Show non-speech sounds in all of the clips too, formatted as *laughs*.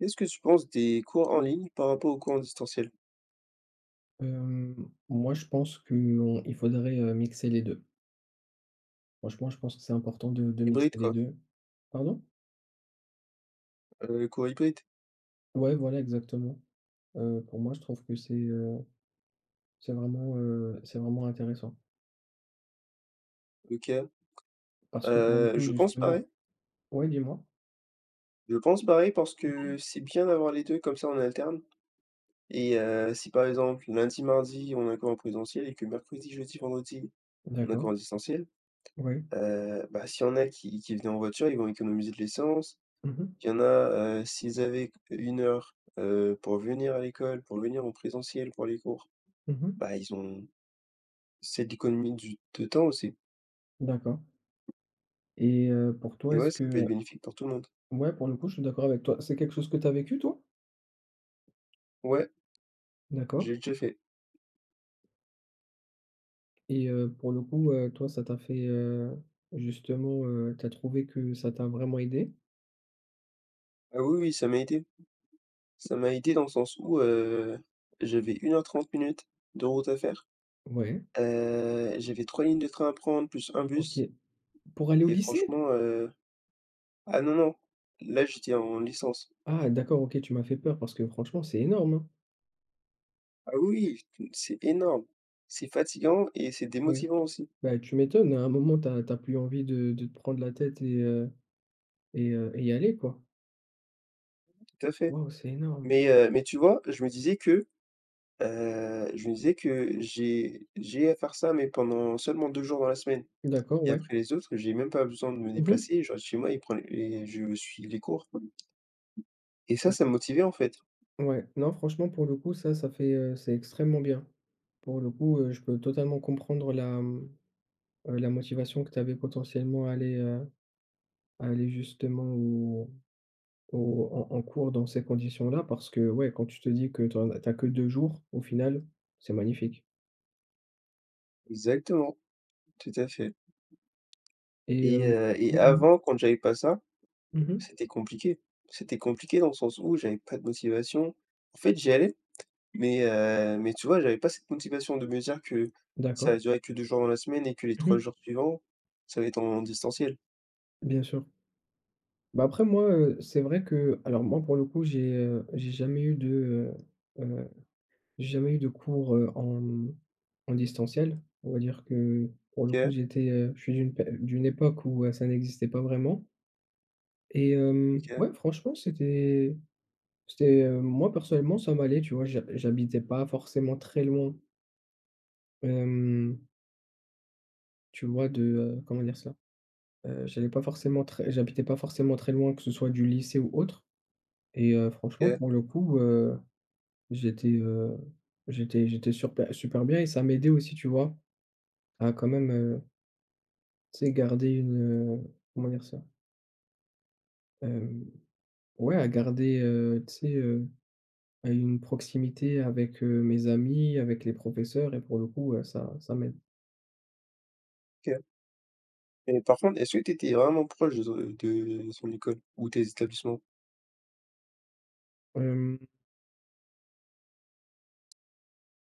Qu'est-ce que tu penses des cours en ligne par rapport aux cours en distanciel? Moi, je pense qu'on il faudrait mixer les 2. Franchement, je pense que c'est important de mixer Hybride, les quoi, 2. Pardon? Cours hybride. Ouais, voilà, exactement. Pour moi, je trouve que c'est vraiment intéressant. OK. Parce que pour le Heu, coup, je pense pareil, justement. Ouais, dis-moi? je pense pareil parce Mmh. que c'est bien d'avoir les 2 comme ça on alterne. Et si par exemple lundi, mardi on a un cours en présentiel et que mercredi, jeudi, vendredi, on a un cours D'accord. en distanciel, Oui. Bah, s'il y en a qui venaient en voiture, ils vont économiser de l'essence. Mmh mh. Il y en a, s'ils avaient une heure, pour venir à l'école, pour venir en présentiel pour les cours, Mmh. bah, ils ont cette économie du de temps aussi. D'accord. Et pour toi, Et est-ce ouais, ça peut que. être bénéfique pour tout le monde. Ouais, pour le coup, je suis d'accord avec toi. C'est quelque chose que tu as vécu, toi? Ouais, D'accord. j'ai déjà fait. Et pour le coup, toi, ça t'a fait, justement, tu as trouvé que ça t'a vraiment aidé? Ah oui, oui, ça m'a aidé. Ça m'a aidé dans le sens où, j'avais 1 heure 30 minutes de route à faire. Ouais, J'avais 3 lignes de train à prendre plus un OK. bus Pour aller au et lycée? franchement, ah non, non, là, j'étais en licence. Ah d'accord, OK, tu m'as fait peur parce que franchement, c'est énorme, hein? Ah oui, oui, c'est énorme. C'est fatigant et c'est Ouais. démotivant aussi, Bah, tu m'étonnes, à un moment, t'as plus envie de te prendre la tête et y aller, quoi. tout à fait. Waouh, c'est énorme. Mais tu vois, je me disais que j'ai à faire ça mais pendant seulement 2 jours dans la semaine. D'accord, Et ouais. après les autres, j'ai même pas besoin de me Mmh mh. déplacer, je reste chez moi et prends les et je suis les cours et Bah, ça c'est me motivait, en fait. ouais, non, franchement, pour le coup, ça fait, c'est extrêmement bien. Pour le coup, je peux totalement comprendre la, la motivation que tu avais potentiellement à aller, à aller justement au en cours dans ces conditions-là parce que, ouais, quand tu te dis que tu que 2 jours, au final, c'est magnifique. Exactement, tout à fait. et et hem heu et oui, dis-moi? avant, quand j'avais pas ça, Mmh. c'était compliqué. C'était compliqué dans le sens où j'avais pas de motivation. En fait, j'y allais. Mais tu vois, j'avais pas cette motivation de me dire que ça D'accord. va durer que 2 jours dans la semaine et que les trois Mmh. jours suivants, ça va être en distanciel. Bien sûr. Bah, après moi, c'est vrai que alors moi, pour le coup, j'ai jamais eu de, heu heu, j'ai jamais eu de cours, en, en distanciel. On va dire que, pour le coup, OK, je suis d'une époque où, ça n'existait pas vraiment et OK, ouais, franchement, c'était. C'était, moi personnellement ça m'allait, tu vois? J'habitais pas forcément très loin, hem, tu vois de, comment dire cela? J'habitais pas forcément très loin, que ce soit du lycée ou autre et franchement OK, pour le coup, j'étais, j'étais super super bien et ça m'aidait aussi, tu vois? À quand même, tu sais garder une, heu, comment dire cela? Hem, ouais à garder, tu sais, à une proximité avec, mes amis, avec les professeurs et pour le coup, ça m'aide. OK. Et par contre, est-ce que tu étais vraiment proche de son école ou tes établissements? Hem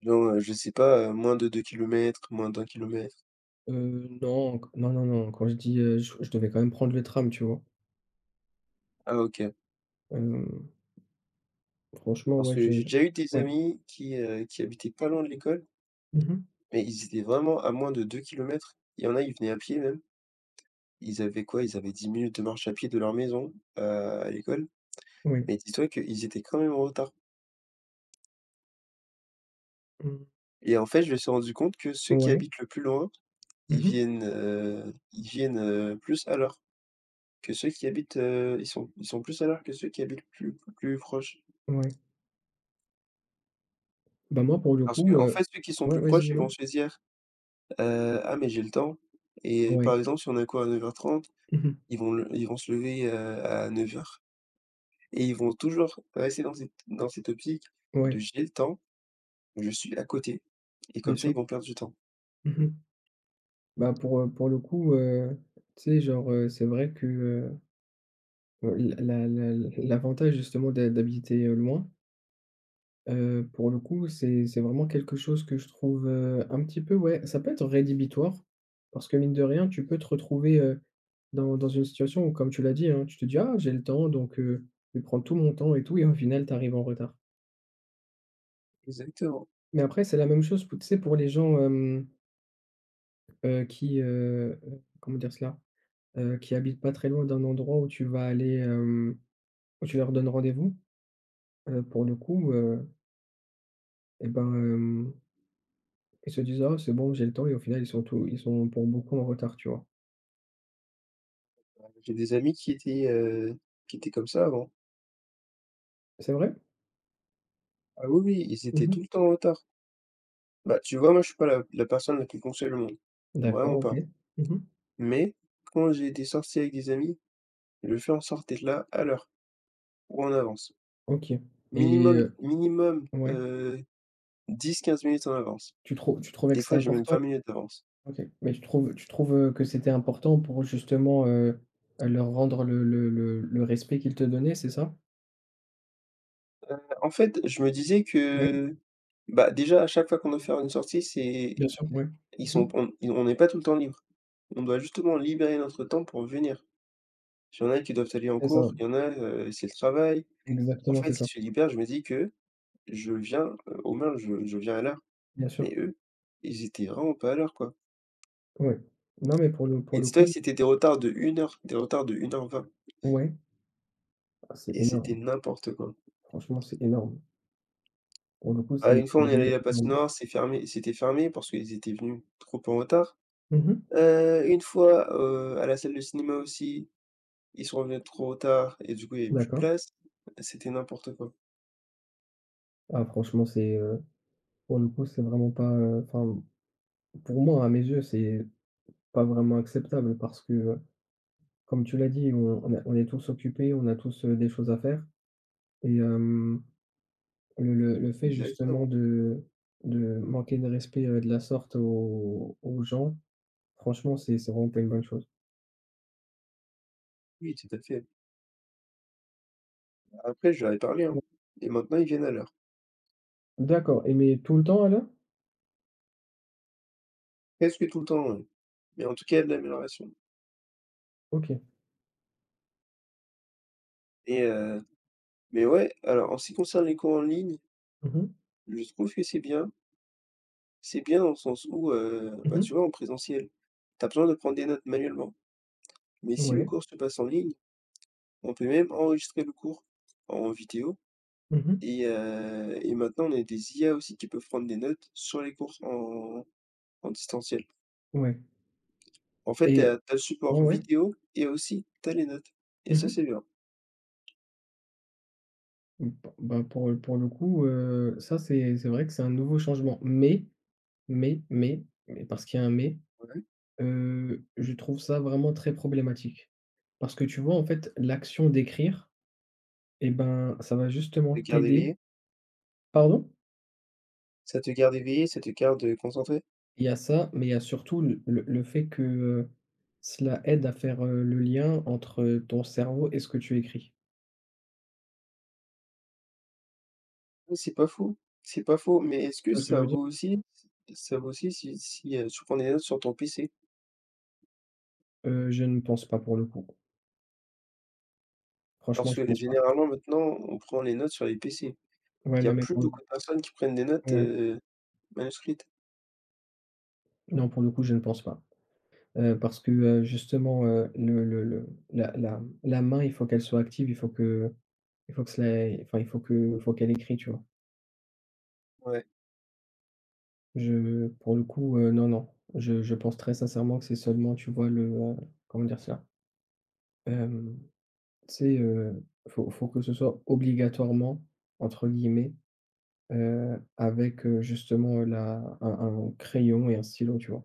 Genre, je sais pas, moins de 2 kilomètres, moins d'1 kilomètre. Non, q non, non, non, quand je dis, je devais quand même prendre le tram, tu vois? Ah OK. Hem, Franchement, Parce ouais, que j'ai je déjà eu des ouais. amis qui habitaient pas loin de l'école, Mmh mh. mais ils étaient vraiment à moins de 2 kilomètres. Il y en a, ils venaient à pied même. Ils avaient quoi? Ils avaient 10 minutes de marche à pied de leur maison, à l'école. Oui. Mais dis-toi qu'ils étaient quand même en retard Mmh. et en fait, je me suis rendu compte que ceux qui Ouais. habitent le plus loin, Mmh mh. Ils viennent, plus à l'heure que ils sont plus à l'heure que ceux qui habitent plus proches. Ouais. Bah, moi, pour le Parce que coup, en fait, ceux qui sont ouais, plus vas-y, proches, ils dis-moi? vont se dire: Ah mais j'ai le temps», et Ouais. par exemple, si on a cours à 9:30, Mmh mh. Ils vont se lever, à 9:00, et ils vont toujours rester dans cette optique de Ouais, «j'ai le temps». Je suis à côté, et bien comme ça, sûr. ils vont perdre du temps. Mmh mh. Bah, pour le coup, tu sais, genre, c'est vrai que, la la la l'avantage justement d'habiter, loin. Pour le coup, c'est vraiment quelque chose que je trouve, un petit peu, ouais, ça peut être rédhibitoire parce que mine de rien, tu peux te retrouver, dans une situation où comme tu l'as dit, hein, tu te dis : « Ah, j'ai le temps donc je vais prendre tout mon temps et tout » et au final, tu arrives en retard. Exactement. Mais après, c'est la même chose pou tu sais, pour les gens, comment dire cela? Qui habitent pas très loin d'un endroit où tu vas aller, où tu leur donnes rendez-vous, pour le coup, et ben, ils se disent : « Ah, c'est bon, j'ai le temps » et au final, ils sont pour beaucoup en retard, tu vois? Bah, j'ai des amis qui étaient comme ça avant. C'est vrai? Ah oui, oui, ils Mmh étaient tout mh. le temps en retard. Bah, tu vois, moi, je suis pas la personne la plus ponctuelle au monde, D'accord, vraiment OK. pas. Mmh mh. Mais quand j'ai des sorties avec des amis, je fais en sorte d'être là à l'heure ou en avance. OK. Et Minimum minimum, ouais, 10-15 minutes en avance. Tu trouvais Des que c'était fois, j'ai même important? 20 minutes d'avance. OK, mais tu trouves, que c'était important pour justement, leur rendre le respect qu'ils te donnaient, c'est ça? En fait, je me disais Ouais, que, bah, déjà, à chaque fois qu'on doit faire une sortie, c'est bien sûr, ouais. ils Mmh sont mh. on ils- on n'est pas tout le temps libre. On doit justement libérer notre temps pour venir. Il y en a qui doivent aller en C'est ça, cours, il y en a, c'est le travail. En exactement, fait, c'est si ça. je libère, je me dis que je viens, au moins je viens à l'heure, Bien mais sûr, eux, ils étaient vraiment pas à l'heure, quoi. ouais. Non, mais pour le pour Et le dis-toi que coup, c'était des retards de 1 heure, des retards de 1 heure 20, ouais, ah, c'est et c'était énorme. n'importe quoi. Franchement, c'est énorme. Pour le coup, c'est Ah, une c'est fois, on est allé vraiment à la énorme. patinoire, c'était fermé parce qu'ils étaient venus trop en retard. Mmh mh. Une fois, à la salle de cinéma aussi, ils sont revenus trop tard et du coup, il y avait plus de D'accord. place. C'était n'importe quoi. Ah franchement, c'est, pour le coup, c'est vraiment pas, enfin, pour moi, à mes yeux, c'est pas vraiment acceptable parce que, comme tu l'as dit, on est tous occupés, on a tous, des choses à faire et le fait justement Exactement. de manquer de respect, de la sorte aux gens, franchement, c'est vraiment pas une bonne chose. Oui, tout à fait. Après, je leur ai parlé, hein, Bon, et maintenant ils viennent à l'heure. d'accord. Et mais tout le temps alors? Presque tout le temps, ouais, mais en tout cas, il y a de l'amélioration. OK. et heu, mais ouais, alors en ce qui concerne les cours en ligne, Mmh mh. je trouve que c'est bien. C'est bien dans le sens où, bah, Mmh. tu vois, en présentiel, tu as besoin de prendre des notes manuellement, mais si le Ouais. cours se passe en ligne, on peut même enregistrer le cours en vidéo. Mmh. Et maintenant, on a des IA aussi qui peuvent prendre des notes sur les courses en distanciel. Ouais En fait, t'as et as le ouais, support ouais. vidéo et aussi t'as les notes et ça, Mmh. c'est bien. Mmh, p bah, pour le coup, ça c'est vrai que c'est un nouveau changement. Mais parce qu'il y a un mais, Ouais. Je trouve ça vraiment très problématique. Parce que tu vois, en fait, l'action d'écrire et ben, ça va justement Ça te garde t'aider. éveillé Pardon? Ça te garde éveillé, ça te garde concentré. Il y a ça, mais il y a surtout le fait que, cela aide à faire, le lien entre, ton cerveau et ce que tu écris. Oui, c'est pas faux, mais est-ce Tu que vois ce que je veux dire? Ça vaut aussi si, tu prends des notes sur ton PC? Je ne pense pas pour le coup. Franchement, Parce je que pense pas. généralement, maintenant, on prend les notes sur les PC. Ouais, Il y non a mais plus pour le beaucoup de personnes qui prennent des notes, ouais. Manuscrites. Non, pour le coup, je ne pense pas. Parce que, justement, le la la la main, il faut qu'elle soit active, il faut que cela enfin, il faut qu'elle écrit, tu vois? Ouais, Je pour le coup, non, non, je pense très sincèrement que c'est seulement, tu vois, le, comment dire cela? Hem, c'est faut que ce soit « obligatoirement » entre guillemets, avec, justement, la un crayon et un stylo, tu vois?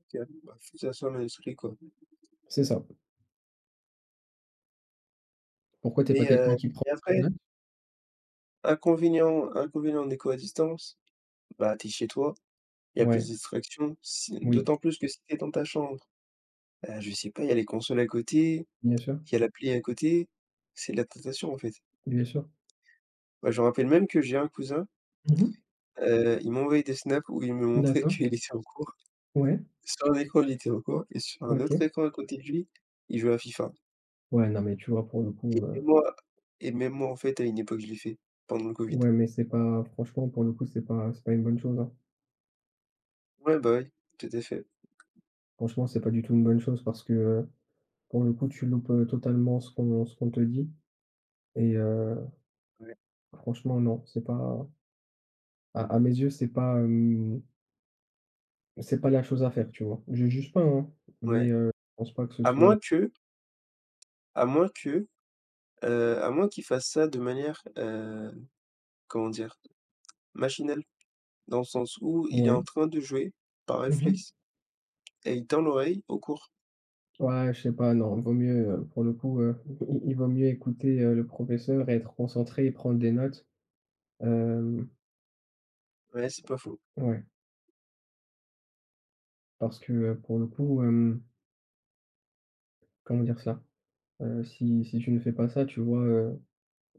OK. Bah, faut que ça soit manuscrit, quoi. C'est ça. Pourquoi t'es pas Mais quelqu'un heu, qui prend mais des après, notes? inconvénient de l'école à distance, bah, t'es chez toi, il y a plus Ouais, de distractions, si oui, d'autant plus que si tu dans ta chambre, bah, je sais pas, il y a les consoles à côté, bien sûr, il y a la à côté, c'est de la tentation, en fait. bien sûr. Moi, je me rappelle même que j'ai un cousin, Mmh. Il m'envoyait des snaps où il me montrait *laughs* D'accord. qu'il était en cours. Ouais, Sur un écran, il était en cours et sur un autre OK. écran à côté de lui, il jouait à FIFA, Ouais, non, mais tu vois, pour le et coup, même moi et même moi, en fait, à une époque, je l'ai fait pendant le covid. ouais, mais c'est pas franchement, pour le coup, c'est pas une bonne chose, hein. Ouais, bah, oui, tout à fait, Franchement, c'est pas du tout une bonne chose parce que, pour le coup, tu loupes, totalement ce qu'on te dit et ouais, franchement, non, c'est pas, à mes yeux, c'est pas, c'est pas la chose à faire, tu vois? Je juge pas, hein, mais ouais. Je pense pas que ce À soit. moins que à moins que à moins qu'il fasse ça de manière, comment dire? Machinelle, dans le sens où il est Ouais. en train de jouer par Mmh mh. réflexe et il tend l'oreille au cours. Ouais, je sais pas, non, vaut mieux, pour le coup, i il vaut mieux écouter, le professeur, et être concentré et prendre des notes, hem, Ouais, c'est pas faux. ouais. Parce que, pour le coup, comment dire ça. Si tu ne fais pas ça, tu vois,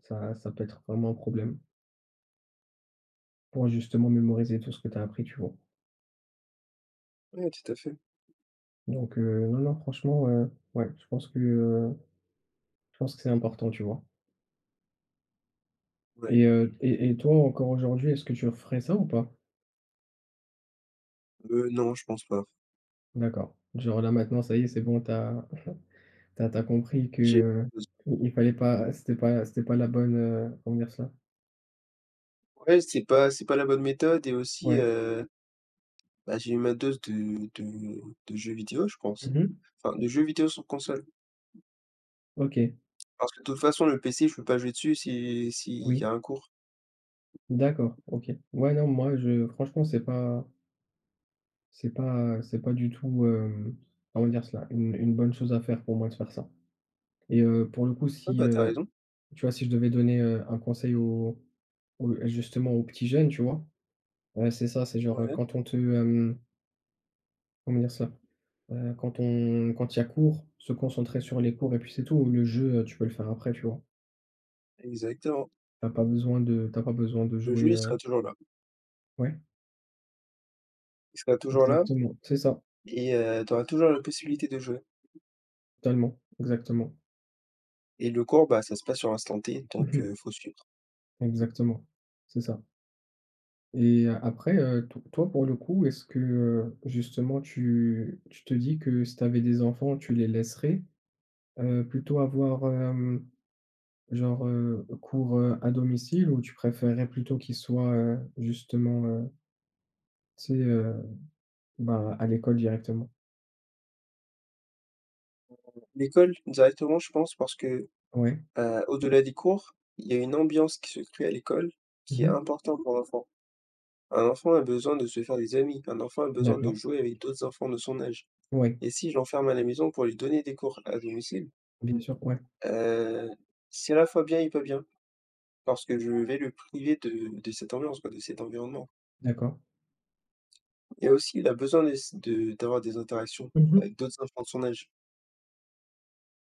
ça peut être vraiment un problème pour justement mémoriser tout ce que tu as appris, tu vois? Ouais, tout à fait. Donc, non, non, franchement, ouais, je pense que, c'est important, tu vois? Ouais. Et et toi, encore aujourd'hui, est-ce que tu referais ça ou pas? Non, je pense pas. D'accord. Genre là, maintenant, ça y est, c'est bon, t'as compris que, J'ai il fallait pas c'était pas la bonne, comment dire cela? Ouais, c'est pas la bonne méthode et aussi, Ouais. Bah, j'ai eu ma dose de jeux vidéo, je pense. Mmh. Enfin, de jeux vidéo sur console. OK. Parce que de toute façon, le PC, je peux pas jouer dessus si s'il y Oui. a un cours. D'accord, OK. Ouais, non, moi, je franchement, c'est pas du tout, comment dire cela? Une bonne chose à faire pour moi de faire ça et pour le coup, Ouais, si, bah, t'as raison. tu vois, si je devais donner, un conseil au, aux justement aux petits jeunes, tu vois? C'est ça, c'est genre, Ouais, quand on te, comment dire ça. Quand il y a cours, se concentrer sur les cours et puis c'est tout. Le jeu, tu peux le faire après, tu vois? exactement. T'as pas besoin de Le jeu, jouer, il sera toujours là. ouais, Il sera toujours là exactement, c'est ça, et tu auras toujours la possibilité de jouer. totalement, exactement. Et le cours, bah, ça se passe sur l'instant T, donc *laughs* faut suivre. Exactement, c'est ça et après, to toi, pour le coup, est-ce que, justement tu te dis que si tu avais des enfants, tu les laisserais, plutôt avoir, genre, cours, à domicile ou tu préférerais plutôt qu'ils soient, justement, tu sais, bah, à l'école directement? L'école directement, je pense parce que, Ouais. Au-delà des cours, il y a une ambiance qui se crée à l'école qui est Mmh. importante pour l'enfant. Un enfant a besoin de se faire des amis, un enfant a besoin de D'accord. jouer avec d'autres enfants de son âge. Ouais, Et si je l'enferme à la maison pour lui donner des cours à domicile, bien sûr, ouais. heu, c'est à la fois bien et pas bien, parce que je vais le priver de cette ambiance, quoi, de cet environnement. D'accord. Et aussi, il a besoin de d'avoir des interactions Mmh. avec d'autres enfants de son âge.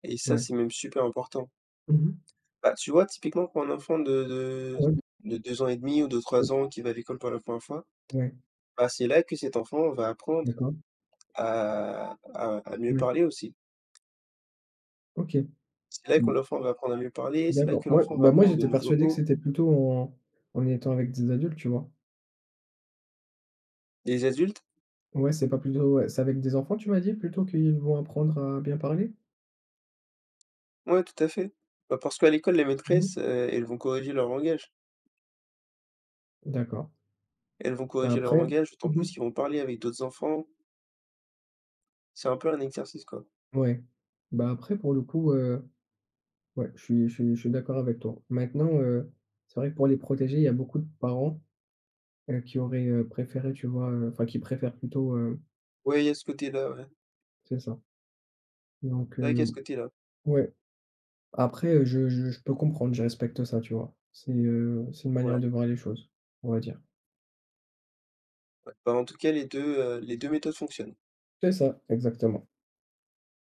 Et ça, Ouais. c'est même super important. Mmh. Bah, tu vois, typiquement pour un enfant Ouais. de 2 ans et demi ou de 3 ans qui va à l'école pour la première fois, Ouais. bah, c'est là que cet enfant va apprendre D'accord. À mieux Ouais. parler aussi. OK. C'est là que Mmh. l'enfant va apprendre à mieux parler, c'est là D'accord. que Moi l'enfant va Bah, moi, apprendre de j'étais nouveaux persuadé que mots. c'était plutôt en étant avec des adultes, tu vois? Les adultes. Ouais, c'est pas plutôt, ouais, c'est avec des enfants, tu m'as dit, plutôt qu'ils vont apprendre à bien parler? Ouais, tout à fait. Bah, parce qu'à l'école, les Mmh. maîtresses, elles vont corriger leur langage. D'accord. Elles vont Bah, corriger leur après, langage, d'autant mmh, plus qu'ils vont parler avec d'autres enfants. C'est un peu un exercice, quoi. ouais. Bah, après, pour le coup, ouais, je suis d'accord avec toi. Maintenant, c'est vrai que pour les protéger, il y a beaucoup de parents, qui auraient, préféré, tu vois, enfin, qui préfèrent plutôt, Ouais, il y a ce côté-là, ouais. c'est ça. Donc, C'est vrai qu'il y a ce côté-là. ouais. Après, je peux comprendre, je respecte ça, tu vois? C'est une manière Ouais. de voir les choses, on va dire. Bah, en tout cas, les 2 méthodes fonctionnent. C'est ça, exactement.